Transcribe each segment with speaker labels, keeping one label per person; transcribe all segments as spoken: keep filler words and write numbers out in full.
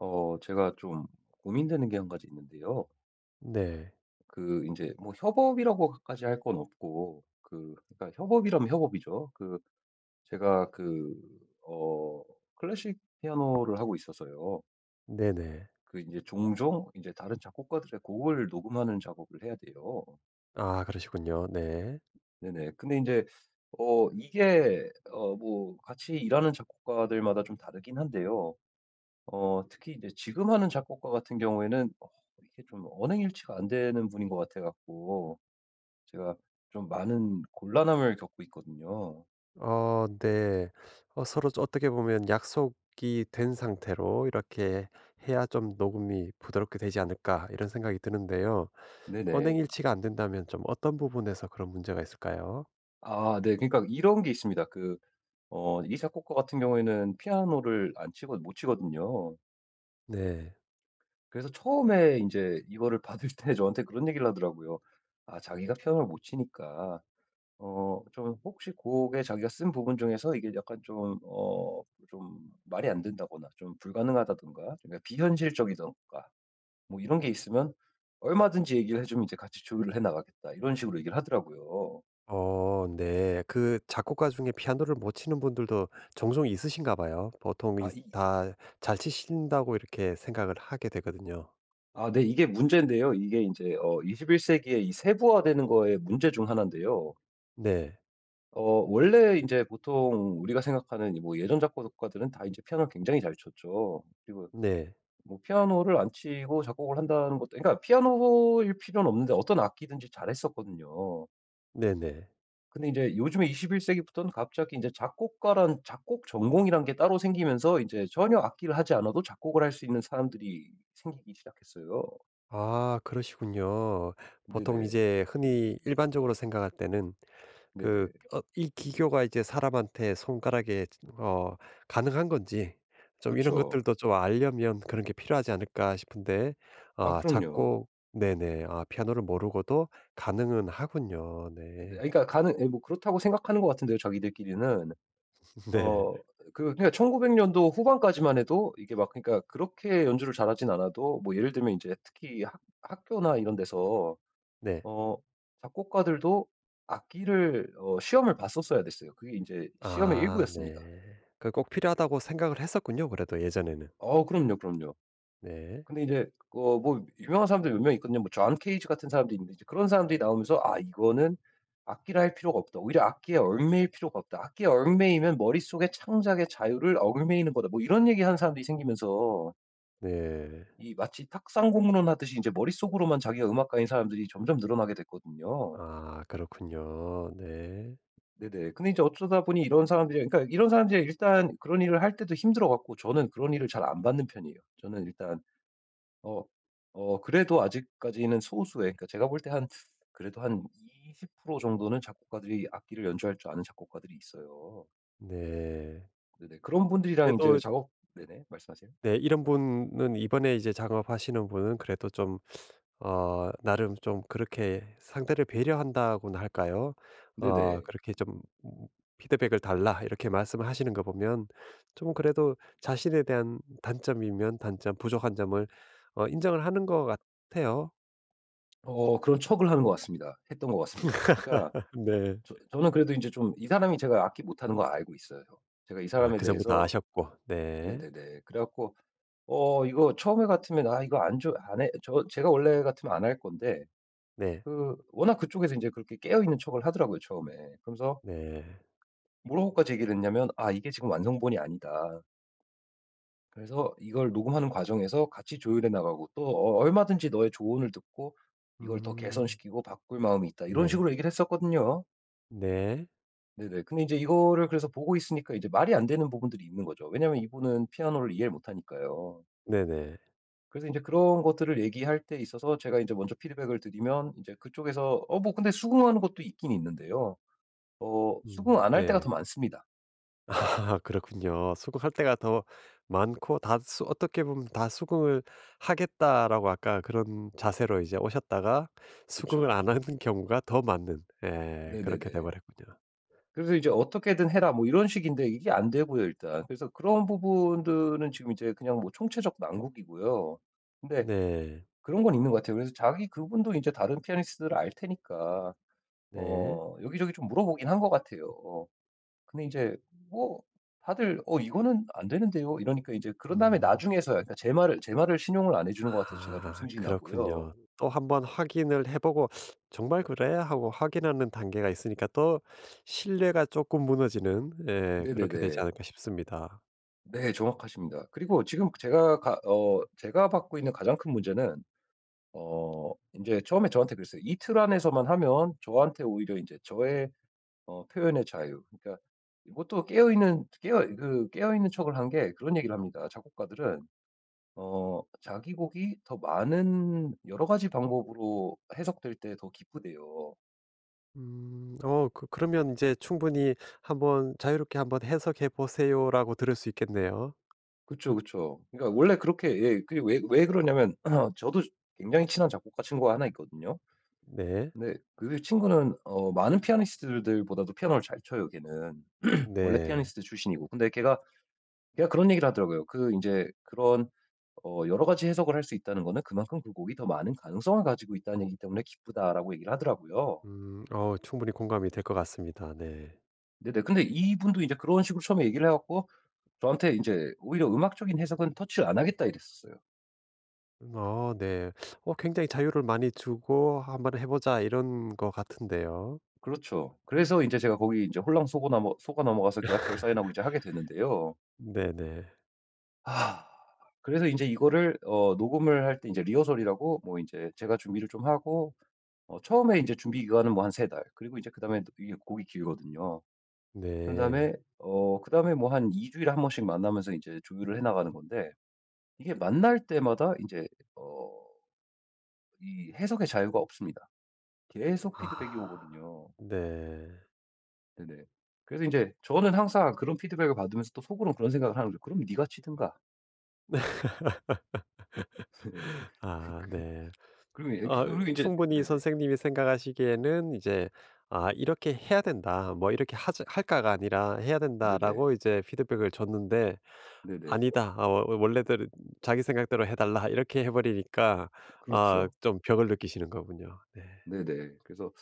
Speaker 1: 어, 제가 좀 고민되는 게 한 가지 있는데요.
Speaker 2: 네.
Speaker 1: 그, 이제, 뭐, 협업이라고까지 할 건 없고, 그, 그러니까 협업이라면 협업이죠. 그, 제가 그, 어, 클래식 피아노를 하고 있어서요.
Speaker 2: 네네.
Speaker 1: 그, 이제, 종종, 이제, 다른 작곡가들의 곡을 녹음하는 작업을 해야 돼요.
Speaker 2: 아 그러시군요. 네.
Speaker 1: 네네. 근데 이제, 어, 이게, 어, 뭐, 같이 일하는 작곡가들마다 좀 다르긴 한데요. 어 특히 이제 지금 하는 작곡가 같은 경우에는 어 이게 좀 언행일치가 안 되는 분인 것 같아 갖고 제가 좀 많은 곤란함을 겪고 있거든요.
Speaker 2: 어 네. 어 서로 좀 어떻게 보면 약속이 된 상태로 이렇게 해야 좀 녹음이 부드럽게 되지 않을까 이런 생각이 드는데요.
Speaker 1: 네네.
Speaker 2: 언행일치가 안 된다면 좀 어떤 부분에서 그런 문제가 있을까요?
Speaker 1: 아 네. 그러니까 이런 게 있습니다. 그 어 이 작곡가 같은 경우에는 피아노를 안 치고 못 치거든요.
Speaker 2: 네.
Speaker 1: 그래서 처음에 이제 이거를 받을 때 저한테 그런 얘기를 하더라고요. 아 자기가 피아노를 못 치니까 어, 좀 혹시 곡에 자기가 쓴 부분 중에서 이게 약간 좀, 어, 좀 말이 안 된다거나 좀 불가능하다든가 좀 비현실적이던가 뭐 이런 게 있으면 얼마든지 얘기를 해주면 이제 같이 조율을 해 나가겠다 이런 식으로 얘기를 하더라고요.
Speaker 2: 어 네. 그 작곡가 중에 피아노를 못 치는 분들도 종종 있으신가 봐요. 보통
Speaker 1: 아, 이,
Speaker 2: 다 잘 치신다고 이렇게 생각을 하게 되거든요.
Speaker 1: 아, 네, 이게 문제인데요. 이게 이제 어, 이십일 세기에 이 세부화되는 거의 문제 중 하나인데요.
Speaker 2: 네.
Speaker 1: 어, 원래 이제 보통 우리가 생각하는 이뭐 예전 작곡가들은 다 이제 피아노를 굉장히 잘 쳤죠. 그리고
Speaker 2: 네.
Speaker 1: 뭐 피아노를 안 치고 작곡을 한다는 것도 그러니까 피아노일 필요는 없는데 어떤 악기든지 잘했었거든요.
Speaker 2: 네네.
Speaker 1: 근데 인제 요즘에 21 세기부터는 갑자기 인제 작곡가란 작곡 전공이란 게 따로 생기면서 인제 전혀 악기를 하지 않아도 작곡을 할 수 있는 사람들이 생기기 시작했어요.
Speaker 2: 아 그러시군요. 보통
Speaker 1: 네네.
Speaker 2: 이제 흔히 일반적으로 생각할 때는 그
Speaker 1: 네네.
Speaker 2: 어 이 기교가 이제 사람한테 손가락에 어 가능한 건지 좀 이런
Speaker 1: 그쵸.
Speaker 2: 것들도 좀 알려면 그런 게 필요하지 않을까 싶은데
Speaker 1: 아
Speaker 2: 아
Speaker 1: 그럼요.
Speaker 2: 작곡 네네. 아 피아노를 모르고도 가능은 하군요.
Speaker 1: 네
Speaker 2: 네.
Speaker 1: 그러니까 가능 예 뭐 그렇다고 생각하는 것 같은데요, 자기들끼리는.
Speaker 2: 네.
Speaker 1: 어 그 그러니까 천구백 년도 후반까지만 해도 이게 막 그러니까 그렇게 연주를 잘하진 않아도 뭐 예를 들면 이제 특히 학 학교나 이런 데서
Speaker 2: 네.
Speaker 1: 어 작곡가들도 악기를 어 시험을 봤었어야 됐어요. 그게 이제 시험의
Speaker 2: 아
Speaker 1: 일부였습니다.
Speaker 2: 네. 그 꼭 필요하다고 생각을 했었군요 그래도 예전에는.
Speaker 1: 어 그럼요, 그럼요.
Speaker 2: 네.
Speaker 1: 근데 이제 어 뭐 유명한 사람들 몇 명 있거든요. 뭐 존 케이지 같은 사람도 있는데 이제 그런 사람들이 나오면서 '아 이거는 악기를 할 필요가 없다. 오히려 악기에 얽매일 필요가 없다. 악기에 얽매이면 머릿속의 창작의 자유를 얽매이는 거다.' 뭐 이런 얘기하는 사람들이 생기면서
Speaker 2: 네.
Speaker 1: 이 마치 탁상 공론 하듯이 이제 머릿속으로만 자기가 음악가인 사람들이 점점 늘어나게 됐거든요.
Speaker 2: 아 그렇군요. 네.
Speaker 1: 네네. 근데 이제 어쩌다 보니 이런 사람들이 그러니까 이런 사람들이 일단 그런 일을 할 때도 힘들어 갖고 저는 그런 일을 잘 안 받는 편이에요. 저는 일단 어 어 그래도 아직까지는 소수의 그러니까 제가 볼 때 한 그래도 한 20% 정도는 작곡가들이 악기를 연주할 줄 아는 작곡가들이 있어요.
Speaker 2: 네.
Speaker 1: 네네. 그런 분들이랑 이제
Speaker 2: 그래도
Speaker 1: 작업 네네. 말씀하세요.
Speaker 2: 네 이런 분은 이번에 이제 작업하시는 분은 그래도 좀 어 나름 좀 그렇게 상대를 배려한다고나 할까요? 어
Speaker 1: 네네.
Speaker 2: 그렇게 좀 음 "피드백을 달라." 이렇게 말씀하시는 거 보면 좀 그래도 자신에 대한 단점이면 단점, 부족한 점을 어 인정을 하는 것 같아요.
Speaker 1: 어 그런 척을 하는 것 같습니다. 했던 것 같습니다. 그러니까
Speaker 2: 네.
Speaker 1: 저 저는 그래도 인제 좀 이 사람이 제가 악기 못하는 거 알고 있어요. 제가 이
Speaker 2: 아
Speaker 1: 사람에
Speaker 2: 그 전부 다
Speaker 1: 대해서
Speaker 2: 아셨고. 네.
Speaker 1: 네네네. 그래 갖고 어 이거 처음에 같으면 '아 이거 안 좋아 안 해.' 저 제가 원래 같으면 안 할 건데
Speaker 2: 네.
Speaker 1: 그 워낙 그쪽에서 인제 그렇게 깨어 있는 척을 하더라고요 처음에. 그러면서
Speaker 2: 네.
Speaker 1: 뭐라고까지 얘기를 했냐면 "아 이게 지금 완성본이 아니다. 그래서 이걸 녹음하는 과정에서 같이 조율해 나가고 또 어 얼마든지 너의 조언을 듣고 이걸 더
Speaker 2: 음.
Speaker 1: 개선시키고 바꿀 마음이 있다." 이런
Speaker 2: 네.
Speaker 1: 식으로 얘기를 했었거든요.
Speaker 2: 네.
Speaker 1: 네네. 근데 이제 이거를 그래서 보고 있으니까 이제 말이 안 되는 부분들이 있는 거죠. 왜냐하면 이분은 피아노를 이해를 못 하니까요.
Speaker 2: 네네.
Speaker 1: 그래서 인제 그런 것들을 얘기할 때 있어서 제가 인제 먼저 피드백을 드리면 인제 그쪽에서 어 뭐 근데 수긍하는 것도 있긴 있는데요. 어 수긍
Speaker 2: 음
Speaker 1: 안 할 때가
Speaker 2: 네.
Speaker 1: 더 많습니다.
Speaker 2: 아 그렇군요. 수긍할 때가 더 많고 다 수 어떻게 보면 다 수긍을 하겠다라고 아까 그런 자세로 이제 오셨다가 수긍을
Speaker 1: 그쵸.
Speaker 2: 안 하는 경우가 더 많은 예 그렇게 돼
Speaker 1: 네네네.
Speaker 2: 버렸군요.
Speaker 1: 그래서 이제 "어떻게든 해라." 뭐 이런 식인데 이게 안 되고요 일단. 그래서 그런 부분들은 지금 이제 그냥 뭐 총체적 난국이고요. 근데
Speaker 2: 네.
Speaker 1: 그런 건 있는 것 같아요. 그래서 자기 그분도 인제 다른 피아니스트들을 알 테니까
Speaker 2: 네.
Speaker 1: 어 여기저기 좀 물어보긴 한 것 같아요. 어 근데 이제 뭐 다들 "어 이거는 안 되는데요." 이러니까 이제 그런 다음에
Speaker 2: 음.
Speaker 1: 나중에서야 그러니까 제 말을 제 말을 신용을 안 해 주는 것 같아서 제가 좀
Speaker 2: 아
Speaker 1: 승진하고요.
Speaker 2: 그렇군요. 또 한번 확인을 해 보고 '정말 그래?' 하고 확인하는 단계가 있으니까 또 신뢰가 조금 무너지는 예 그렇게 되지
Speaker 1: 네네네.
Speaker 2: 않을까 싶습니다.
Speaker 1: 네 정확하십니다. 그리고 지금 제가 가 어 제가 받고 있는 가장 큰 문제는 어 이제 처음에 저한테 그랬어요. "이 틀 안에서만 하면 저한테 오히려 이제 저의 어 표현의 자유" 그러니까 이것도 깨어있는 깨어 그 깨어있는 척을 한 게 그런 얘기를 합니다 작곡가들은. 어, 자기곡이 더 많은 여러 가지 방법으로 해석될 때 더 기쁘대요.
Speaker 2: 음. 어 그 그러면 이제 충분히 한번 자유롭게 한번 해석해 보세요라고 들을 수 있겠네요.
Speaker 1: 그쵸, 그쵸. 그러니까 원래 그렇게 예, 그게 왜, 왜 그러냐면 저도 굉장히 친한 작곡가 친구가 하나 있거든요.
Speaker 2: 네.
Speaker 1: 근데 그 친구는 어, 많은 피아니스트들보다도 피아노를 잘 쳐요, 걔는. 원래
Speaker 2: 네.
Speaker 1: 피아니스트 출신이고. 근데 걔가 걔가 그런 얘기를 하더라고요. 그 이제 그런 어, 여러 가지 해석을 할 수 있다는 거는 그만큼 그 곡이 더 많은 가능성을 가지고 있다는 얘기 때문에 기쁘다라고 얘기를 하더라고요.
Speaker 2: 음. 어 충분히 공감이 될 것 같습니다. 네.
Speaker 1: 네네. 근데 이분도 이제 그런 식으로 처음에 얘기를 해갖고 저한테 이제 오히려 "음악적인 해석은 터치를 안 하겠다." 이랬었어요.
Speaker 2: 음 어 네. 어 굉장히 자유를 많이 주고 "한번 해 보자." 이런 것 같은데요.
Speaker 1: 그렇죠. 그래서 인제 제가 거기 인제 홀랑 속어 넘어 속아 넘어가서 계약서를 사인하고 이제 하게 되는데요.
Speaker 2: 네네.
Speaker 1: 아 그래서 인제 이거를 어 녹음을 할 때 인제 리허설이라고 뭐 인제 제가 준비를 좀 하고 어 처음에 인제 준비 기간은 뭐 한 세 달 그리고 이제 그다음에 이게 곡이 길거든요. 그런
Speaker 2: 네.
Speaker 1: 다음에 어 그다음에 뭐 한 2 주일에 한 번씩 만나면서 인제 조율을 해 나가는 건데 이게 만날 때마다 인제 어 이 해석의 자유가 없습니다. 계속 피드백이
Speaker 2: 아.
Speaker 1: 오거든요.
Speaker 2: 네.
Speaker 1: 네네. 그래서 인제 저는 항상 그런 피드백을 받으면서 또 속으는 그런 생각을 하는 거죠. '그럼 네가 치든가.' 네.
Speaker 2: 아 네.
Speaker 1: 그리고 예
Speaker 2: 어
Speaker 1: 그리고 인제
Speaker 2: 충분히
Speaker 1: 네네.
Speaker 2: 선생님이 생각하시기에는 이제 '아 이렇게 해야 된다.' 뭐 이렇게 하 할까가 아니라 '해야 된다.'라고
Speaker 1: 네네.
Speaker 2: 이제 피드백을 줬는데
Speaker 1: 네네.
Speaker 2: "아니다. 아 워 원래대로 자기 생각대로 해 달라." 이렇게 해 버리니까 아
Speaker 1: 그렇죠.
Speaker 2: 좀 벽을 느끼시는 거군요. 네.
Speaker 1: 네네. 그래서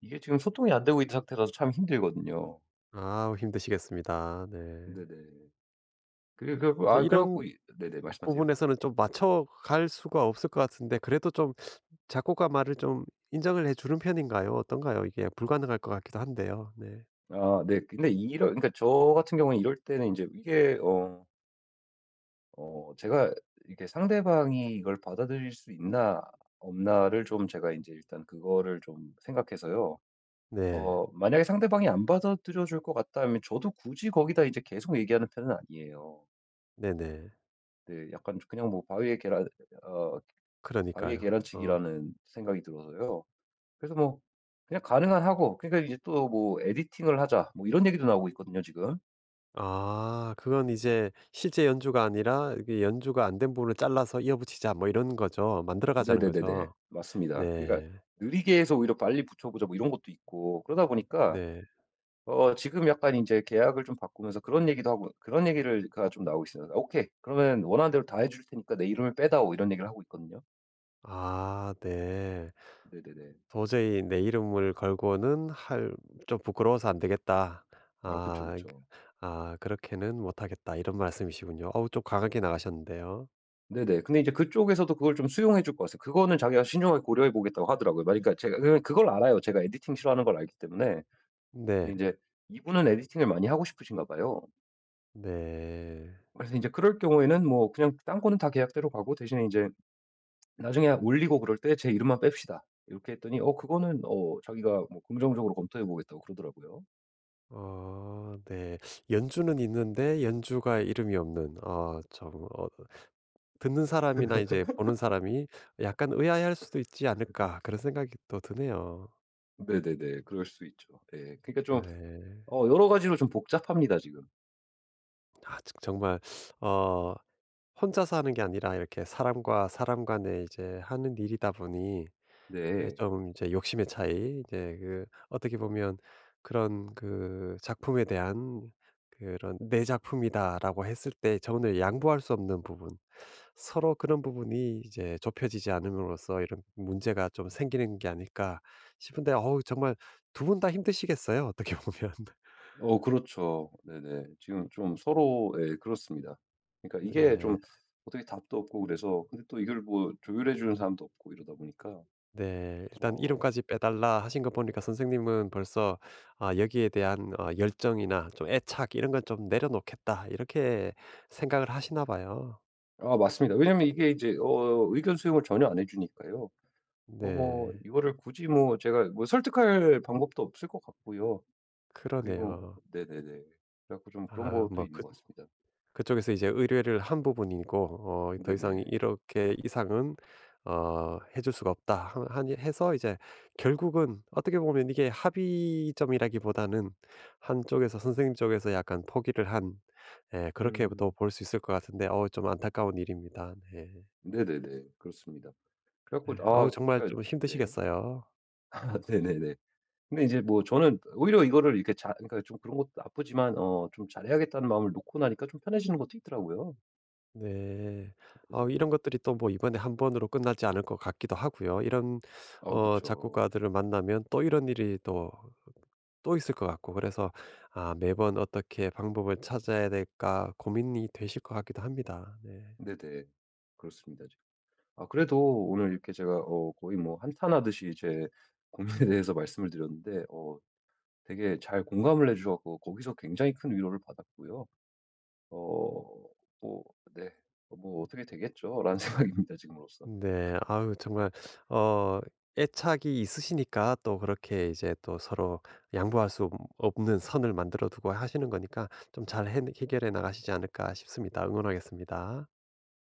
Speaker 1: 이게 지금 소통이 안 되고 있는 상태라서 참 힘들거든요.
Speaker 2: 아 힘드시겠습니다. 네.
Speaker 1: 네네. 그래 그래 갖고
Speaker 2: 근데
Speaker 1: 아 그래
Speaker 2: 이런
Speaker 1: 갖고 이 네네. 말씀하세요.
Speaker 2: 부분에서는 좀 맞춰갈 수가 없을 것 같은데 그래도 좀 작곡가 말을 좀 인정을 해 주는 편인가요? 어떤가요? 이게 불가능할 것 같기도 한데요. 네.
Speaker 1: 아 네. 근데 이런 그러니까 저 같은 경우는 이럴 때는 인제 이게 어 어 제가 이렇게 상대방이 이걸 받아들일 수 있나 없나를 좀 제가 인제 일단 그거를 좀 생각해서요.
Speaker 2: 네.
Speaker 1: 어 만약에 상대방이 안 받아들여 줄 것 같다 하면 저도 굳이 거기다 이제 계속 얘기하는 편은 아니에요.
Speaker 2: 네네.
Speaker 1: 네 약간 그냥 뭐 바위에 계란 어 바위에
Speaker 2: 그러니까요. 어.
Speaker 1: 계란치기라는 생각이 들어서요. 그래서 뭐 그냥 가능한 하고 그러니까 이제 또 뭐 "에디팅을 하자." 뭐 이런 얘기도 나오고 있거든요 지금.
Speaker 2: 아 그건 이제 실제 연주가 아니라 이게 연주가 안 된 부분을 잘라서 이어붙이자 뭐 이런 거죠. 만들어 가자는
Speaker 1: 네네네네.
Speaker 2: 거죠.
Speaker 1: 맞습니다. 그러니까
Speaker 2: 네.
Speaker 1: "느리게 해서 오히려 빨리 붙여 보자." 뭐 이런 것도 있고 그러다 보니까
Speaker 2: 네.
Speaker 1: 어 지금 약간 이제 계약을 좀 바꾸면서 그런 얘기도 하고 그런 얘기를 가 좀 나오고 있어요. 아, "오케이. 그러면 원하는 대로 다 해줄 테니까 내 이름을 빼다오." 이런 얘기를 하고 있거든요.
Speaker 2: 아 네.
Speaker 1: 네네네.
Speaker 2: 도저히 내 이름을 걸고는 할 좀 부끄러워서 안 되겠다.
Speaker 1: 아 그쵸,
Speaker 2: 아 그
Speaker 1: 그쵸.
Speaker 2: 아 그렇게는 못 하겠다. 이런 말씀이시군요. 어우 좀 강하게 나가셨는데요.
Speaker 1: 네네. 근데 이제 그쪽에서도 그걸 좀 수용해 줄 것 같아요. 그거는 자기가 신중하게 고려해 보겠다고 하더라고요. 그러니까 제가 그 그걸 알아요. 제가 에디팅 싫어하는 걸 알기 때문에.
Speaker 2: 네.
Speaker 1: 근데 제 이분은 에디팅을 많이 하고 싶으신가 봐요.
Speaker 2: 네.
Speaker 1: 그래서 이제 그럴 경우에는 뭐 그냥 딴 거는 다 계약대로 가고 대신에 이제 나중에 올리고 그럴 때 제 이름만 뺍시다. 이렇게 했더니 어 그거는 어 자기가 뭐 긍정적으로 검토해 보겠다고 그러더라고요.
Speaker 2: 어 네. 연주는 있는데 연주가 이름이 없는 어좀어 듣는 사람이나 이제 보는 사람이 약간 의아해할 수도 있지 않을까 그런 생각이 또 드네요.
Speaker 1: 네네네. 그럴 수 있죠. 예. 그러니까 좀
Speaker 2: 네.
Speaker 1: 어 여러 가지로 좀 복잡합니다 지금.
Speaker 2: 아 즉, 정말 어 혼자서 하는 게 아니라 이렇게 사람과 사람 간에 이제 하는 일이다 보니 예
Speaker 1: 네.
Speaker 2: 좀 이제 욕심의 차이 이제 그 어떻게 보면 그런 그 작품에 대한 그런 '내 작품이다.'라고 했을 때 저는 양보할 수 없는 부분 서로 그런 부분이 이제 좁혀지지 않음으로써 이런 문제가 좀 생기는 게 아닐까 싶은데 어우 정말 두 분 다 힘드시겠어요 어떻게 보면.
Speaker 1: 어 그렇죠. 네네. 지금 좀 서로 예 그렇습니다. 그러니까 이게
Speaker 2: 네.
Speaker 1: 좀 어떻게 답도 없고 그래서 근데 또 이걸 뭐 조율해 주는 사람도 없고 이러다 보니까
Speaker 2: 네. 일단
Speaker 1: 어
Speaker 2: "이름까지 빼달라." 하신 거 보니까 선생님은 벌써 아 여기에 대한 어 열정이나 좀 애착 이런 건 좀 '내려놓겠다.' 이렇게 생각을 하시나 봐요.
Speaker 1: 아 맞습니다. 왜냐면 이게 이제 어 의견 수용을 전혀 안 해 주니까요. 어 뭐
Speaker 2: 네.
Speaker 1: 이거를 굳이 뭐 제가 뭐 설득할 방법도 없을 것 같고요. 그리고
Speaker 2: 그러네요.
Speaker 1: 네네네. 그래 갖고 좀 그런
Speaker 2: 아
Speaker 1: 것도
Speaker 2: 뭐
Speaker 1: 있는
Speaker 2: 그
Speaker 1: 것 같습니다.
Speaker 2: 그쪽에서 이제 의뢰를 한 부분이고 어 더 이상
Speaker 1: 네네.
Speaker 2: 이렇게 이상은 어 해줄 수가 없다 하 하니 해서 이제 결국은 어떻게 보면 이게 합의점이라기보다는 한쪽에서 선생님 쪽에서 약간 포기를 한 예 그렇게도
Speaker 1: 음.
Speaker 2: 볼 수 있을 것 같은데 어우 좀 안타까운 일입니다. 네.
Speaker 1: 네네네. 그렇습니다. 그래 갖고
Speaker 2: 네. 아우
Speaker 1: 아
Speaker 2: 정말
Speaker 1: 그러니까
Speaker 2: 좀
Speaker 1: 네.
Speaker 2: 힘드시겠어요.
Speaker 1: 아 네네네. 근데 이제 뭐 저는 오히려 이거를 이렇게 잘 그러니까 좀 그런 것도 나쁘지만 어 좀 잘해야겠다는 마음을 놓고 나니까 좀 편해지는 것도 있더라고요.
Speaker 2: 네. 어
Speaker 1: 네네.
Speaker 2: 이런 것들이 또 뭐 이번에 한 번으로 끝나지 않을 것 같기도 하고요. 이런
Speaker 1: 어
Speaker 2: 어
Speaker 1: 그쵸.
Speaker 2: 작곡가들을 만나면 또 이런 일이 또 또 있을 것 같고 그래서 아 매번 어떻게 방법을 찾아야 될까 고민이 되실 것 같기도 합니다. 네.
Speaker 1: 네네. 그렇습니다. 아 그래도 오늘 이렇게 제가 어 거의 뭐 한탄하듯이 제 고민에 대해서 말씀을 드렸는데 어 되게 잘 공감을 해 주셔 서 거기서 굉장히 큰 위로를 받았고요. 어 뭐 네. 어, '뭐 어떻게 되겠죠.'라는 생각입니다 지금으로서
Speaker 2: 네. 아유 정말 어 애착이 있으시니까 또 그렇게 이제 또 서로 양보할 수 없는 선을 만들어 두고 하시는 거니까 좀 잘 해 해결해 나가시지 않을까 싶습니다. 응원하겠습니다.